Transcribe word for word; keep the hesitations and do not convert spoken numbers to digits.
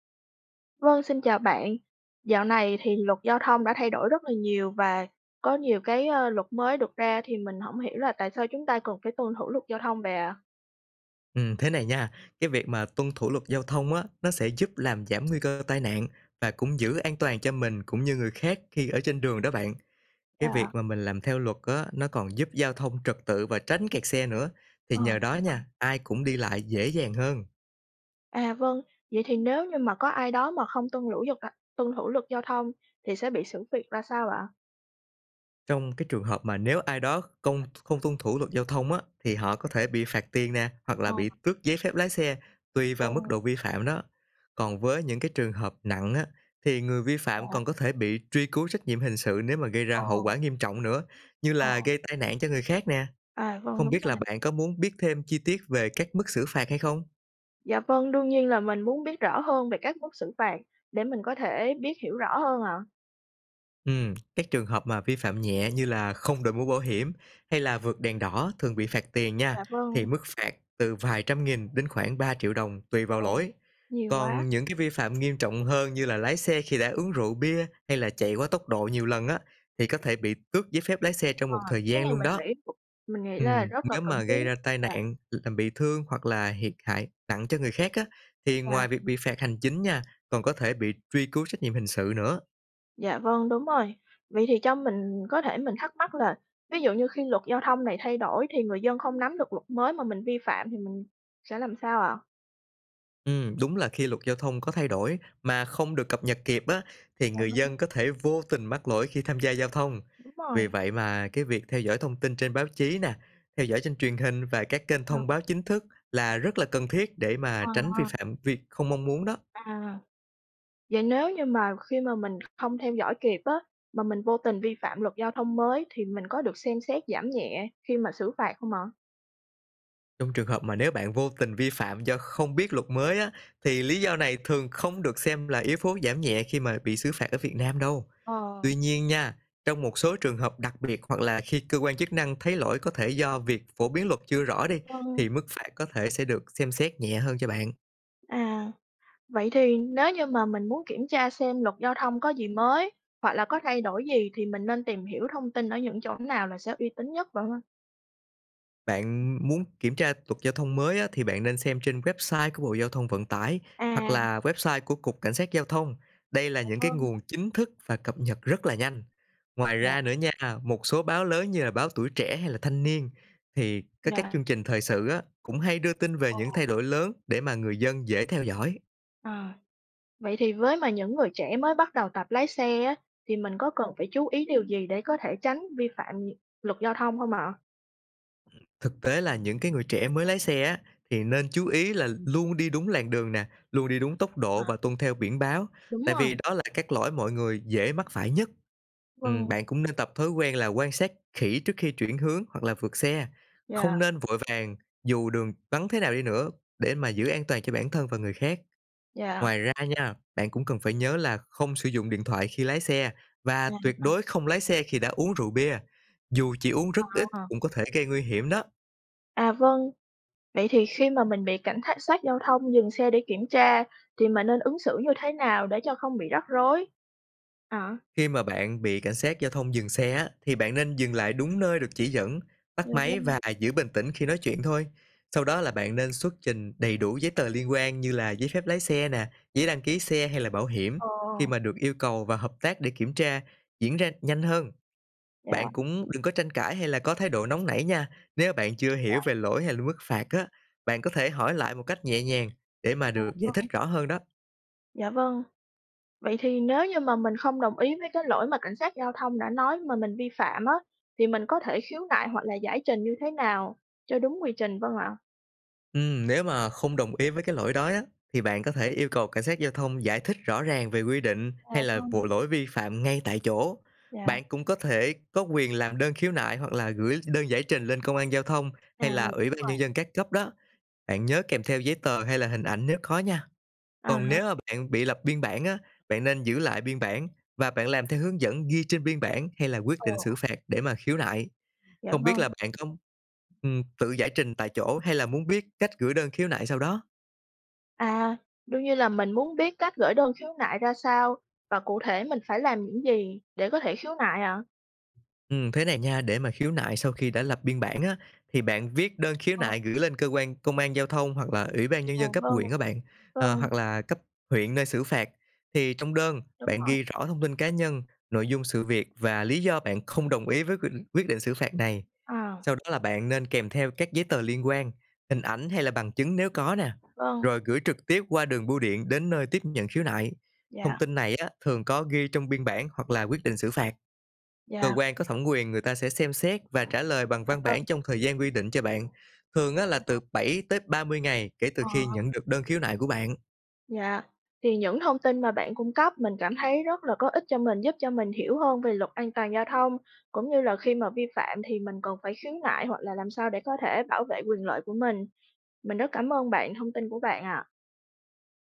Vâng, xin chào bạn. Dạo này thì luật giao thông đã thay đổi rất là nhiều và có nhiều cái, ơ, luật mới được ra thì mình không hiểu là tại sao chúng ta cần phải tuân thủ luật giao thông vậy ạ? Ừm, thế này nha, cái việc mà tuân thủ luật giao thông á, nó sẽ giúp làm giảm nguy cơ tai nạn và cũng giữ an toàn cho mình cũng như người khác khi ở trên đường đó bạn. Cái À, việc mà mình làm theo luật á, nó còn giúp giao thông trật tự và tránh kẹt xe nữa. Thì ờ, nhờ đó đúng rồi. nha, ai cũng đi lại dễ dàng hơn. À, vâng, vậy thì nếu như mà có ai đó mà không tuân thủ luật, à, tuân thủ luật giao thông thì sẽ bị xử phạt ra sao ạ? Trong cái trường hợp mà nếu ai đó không không tuân thủ luật giao thông á, thì họ có thể bị phạt tiền nè, hoặc Ờ, là bị tước giấy phép lái xe, tùy vào mức vâng, độ vi phạm đó. Còn với những cái trường hợp nặng á, thì người vi phạm dạ, còn có thể bị truy cứu trách nhiệm hình sự nếu mà gây ra ờ, hậu quả nghiêm trọng nữa, như ờ, là gây tai nạn cho người khác nè. à, vâng, Không đúng biết rồi. là bạn có muốn biết thêm chi tiết về các mức xử phạt hay không? Dạ vâng, đương nhiên là mình muốn biết rõ hơn về các mức xử phạt để mình có thể biết hiểu rõ hơn ạ. Ừm, các trường hợp mà vi phạm nhẹ như là không đội mũ bảo hiểm hay là vượt đèn đỏ thường bị phạt tiền nha, Dạ thì vâng, mức phạt từ vài trăm nghìn đến khoảng ba triệu đồng tùy vào ờ, lỗi. nhiều quá. Còn những cái vi phạm nghiêm trọng hơn như là lái xe khi đã uống rượu bia hay là chạy quá tốc độ nhiều lần á, thì có thể bị tước giấy phép lái xe trong Ờ, một thời cái gian này luôn mình đó. nghĩ mình nghĩ là Ừm, rất là nếu cần mà thiết. gây ra tai Dạ, nạn, làm bị thương hoặc là thiệt hại nặng cho người khác á, thì dạ, ngoài việc bị phạt hành chính nha, còn có thể bị truy cứu trách nhiệm hình sự nữa. dạ vâng, đúng rồi. Vậy thì cho mình có thể mình thắc mắc là ví dụ như khi luật giao thông này thay đổi thì người dân không nắm được luật mới mà mình vi phạm thì mình sẽ làm sao ạ? Ừm, đúng là khi luật giao thông có thay đổi mà không được cập nhật kịp á, thì Dạ người vâng, dân có thể vô tình mắc lỗi khi tham gia giao thông. đúng rồi. Vì vậy mà cái việc theo dõi thông tin trên báo chí nè, theo dõi trên truyền hình và các kênh Ờ, thông báo chính thức là rất là cần thiết để mà ờ, tránh vi ờ, phạm việc không mong muốn đó. à, vậy nếu như mà khi mà mình không theo dõi kịp á, mà mình vô tình vi phạm luật giao thông mới thì mình có được xem xét giảm nhẹ khi mà xử phạt không ạ? Trong trường hợp mà nếu bạn vô tình vi phạm do không biết luật mới á, thì lý do này thường không được xem là yếu tố giảm nhẹ khi mà bị xử phạt ở Việt Nam đâu. Ờ, Tuy nhiên nha, trong một số trường hợp đặc biệt hoặc là khi cơ quan chức năng thấy lỗi có thể do việc phổ biến luật chưa rõ đi, vâng, thì mức phạt có thể sẽ được xem xét nhẹ hơn cho bạn. à. Vậy thì nếu như mà mình muốn kiểm tra xem luật giao thông có gì mới hoặc là có thay đổi gì thì mình nên tìm hiểu thông tin ở những chỗ nào là sẽ uy tín nhất vậy không? Bạn muốn kiểm tra luật giao thông mới á, thì bạn nên xem trên website của Bộ Giao thông Vận tải hoặc À, là website của Cục Cảnh sát Giao thông. Đây là những ờ, cái nguồn chính thức và cập nhật rất là nhanh. Ngoài dạ, ra nữa nha, một số báo lớn như là báo Tuổi Trẻ hay là Thanh Niên thì các các dạ, chương trình thời sự á, cũng hay đưa tin về ồ, những thay đổi lớn để mà người dân dễ theo dõi. à. Vậy thì với mà những người trẻ mới bắt đầu tập lái xe á, thì mình có cần phải chú ý điều gì để có thể tránh vi phạm nhị- luật giao thông không ạ? Thực tế là những cái người trẻ mới lái xe á, thì nên chú ý là luôn đi đúng làn đường nè, luôn đi đúng tốc độ À, và tuân theo biển báo, đúng tại vì rồi, đó là các lỗi mọi người dễ mắc phải nhất. Ừ, vâng, bạn cũng nên tập thói quen là quan sát kỹ trước khi chuyển hướng hoặc là vượt xe, dạ, không nên vội vàng dù đường vắng thế nào đi nữa để mà giữ an toàn cho bản thân và người khác. dạ, Ngoài ra nha, bạn cũng cần phải nhớ là không sử dụng điện thoại khi lái xe và dạ, tuyệt à, đối không lái xe khi đã uống rượu bia. Dù chỉ uống rất ít à. cũng có thể gây nguy hiểm đó. À vâng, vậy thì khi mà mình bị cảnh thác sát giao thông dừng xe để kiểm tra thì mình nên ứng xử như thế nào để cho không bị rắc rối? À, Khi mà bạn bị cảnh sát giao thông dừng xe á, thì bạn nên dừng lại đúng nơi được chỉ dẫn, dạ tắt máy vâng. và giữ bình tĩnh khi nói chuyện thôi. Sau đó là bạn nên xuất trình đầy đủ giấy tờ liên quan như là giấy phép lái xe nè, giấy đăng ký xe hay là bảo hiểm. Ờ, Khi mà được yêu cầu và hợp tác để kiểm tra diễn ra nhanh hơn, dạ, bạn cũng đừng có tranh cãi hay là có thái độ nóng nảy nha. Nếu bạn chưa dạ, hiểu về lỗi hay là mức phạt á, bạn có thể hỏi lại một cách nhẹ nhàng để mà được giải thích rõ hơn đó. dạ vâng. Vậy thì nếu như mà mình không đồng ý với cái lỗi mà cảnh sát giao thông đã nói mà mình vi phạm á, thì mình có thể khiếu nại hoặc là giải trình như thế nào cho đúng quy trình vâng ạ? Ừm, nếu mà không đồng ý với cái lỗi đó á, thì bạn có thể yêu cầu cảnh sát giao thông giải thích rõ ràng về quy định À, hay là vâng, vụ lỗi vi phạm ngay tại chỗ. dạ, Bạn cũng có thể có quyền làm đơn khiếu nại hoặc là gửi đơn giải trình lên công an giao thông à, hay là đúng ủy ban rồi. nhân dân các cấp đó. Bạn nhớ kèm theo giấy tờ hay là hình ảnh nếu có nha. À, Còn nếu mà bạn bị lập biên bản á, bạn nên giữ lại biên bản và bạn làm theo hướng dẫn ghi trên biên bản hay là quyết ờ, định xử phạt để mà khiếu nại. dạ Không biết là vâng. bạn có, ừm, tự giải trình tại chỗ hay là muốn biết cách gửi đơn khiếu nại sau đó? À, đương nhiên là mình muốn biết cách gửi đơn khiếu nại ra sao và cụ thể mình phải làm những gì để có thể khiếu nại ạ? Ừm, thế này nha, để mà khiếu nại sau khi đã lập biên bản á, thì bạn viết đơn khiếu Ờ, nại gửi lên cơ quan công an giao thông hoặc là ủy ban nhân ờ, dân cấp vâng, huyện các bạn, ờ, vâng, hoặc là cấp huyện nơi xử phạt. Thì trong đơn, đúng bạn rồi. ghi rõ thông tin cá nhân, nội dung sự việc và lý do bạn không đồng ý với quyết quyết định xử phạt này. À, Sau đó là bạn nên kèm theo các giấy tờ liên quan, hình ảnh hay là bằng chứng nếu có nè, vâng, rồi gửi trực tiếp qua đường bưu điện đến nơi tiếp nhận khiếu nại. dạ, Thông tin này á, thường có ghi trong biên bản hoặc là quyết định xử phạt. dạ, Cơ quan có thẩm quyền người ta sẽ xem xét và trả lời bằng văn vâng, bản trong thời gian quy định cho bạn, thường á là từ bảy tới ba mươi ngày kể từ ờ, khi nhận được đơn khiếu nại của bạn. dạ. Thì những thông tin mà bạn cung cấp mình cảm thấy rất là có ích cho mình, giúp cho mình hiểu hơn về luật an toàn giao thông, cũng như là khi mà vi phạm thì mình cần phải khiếu nại hoặc là làm sao để có thể bảo vệ quyền lợi của mình. Mình rất cảm ơn bạn, thông tin của bạn ạ.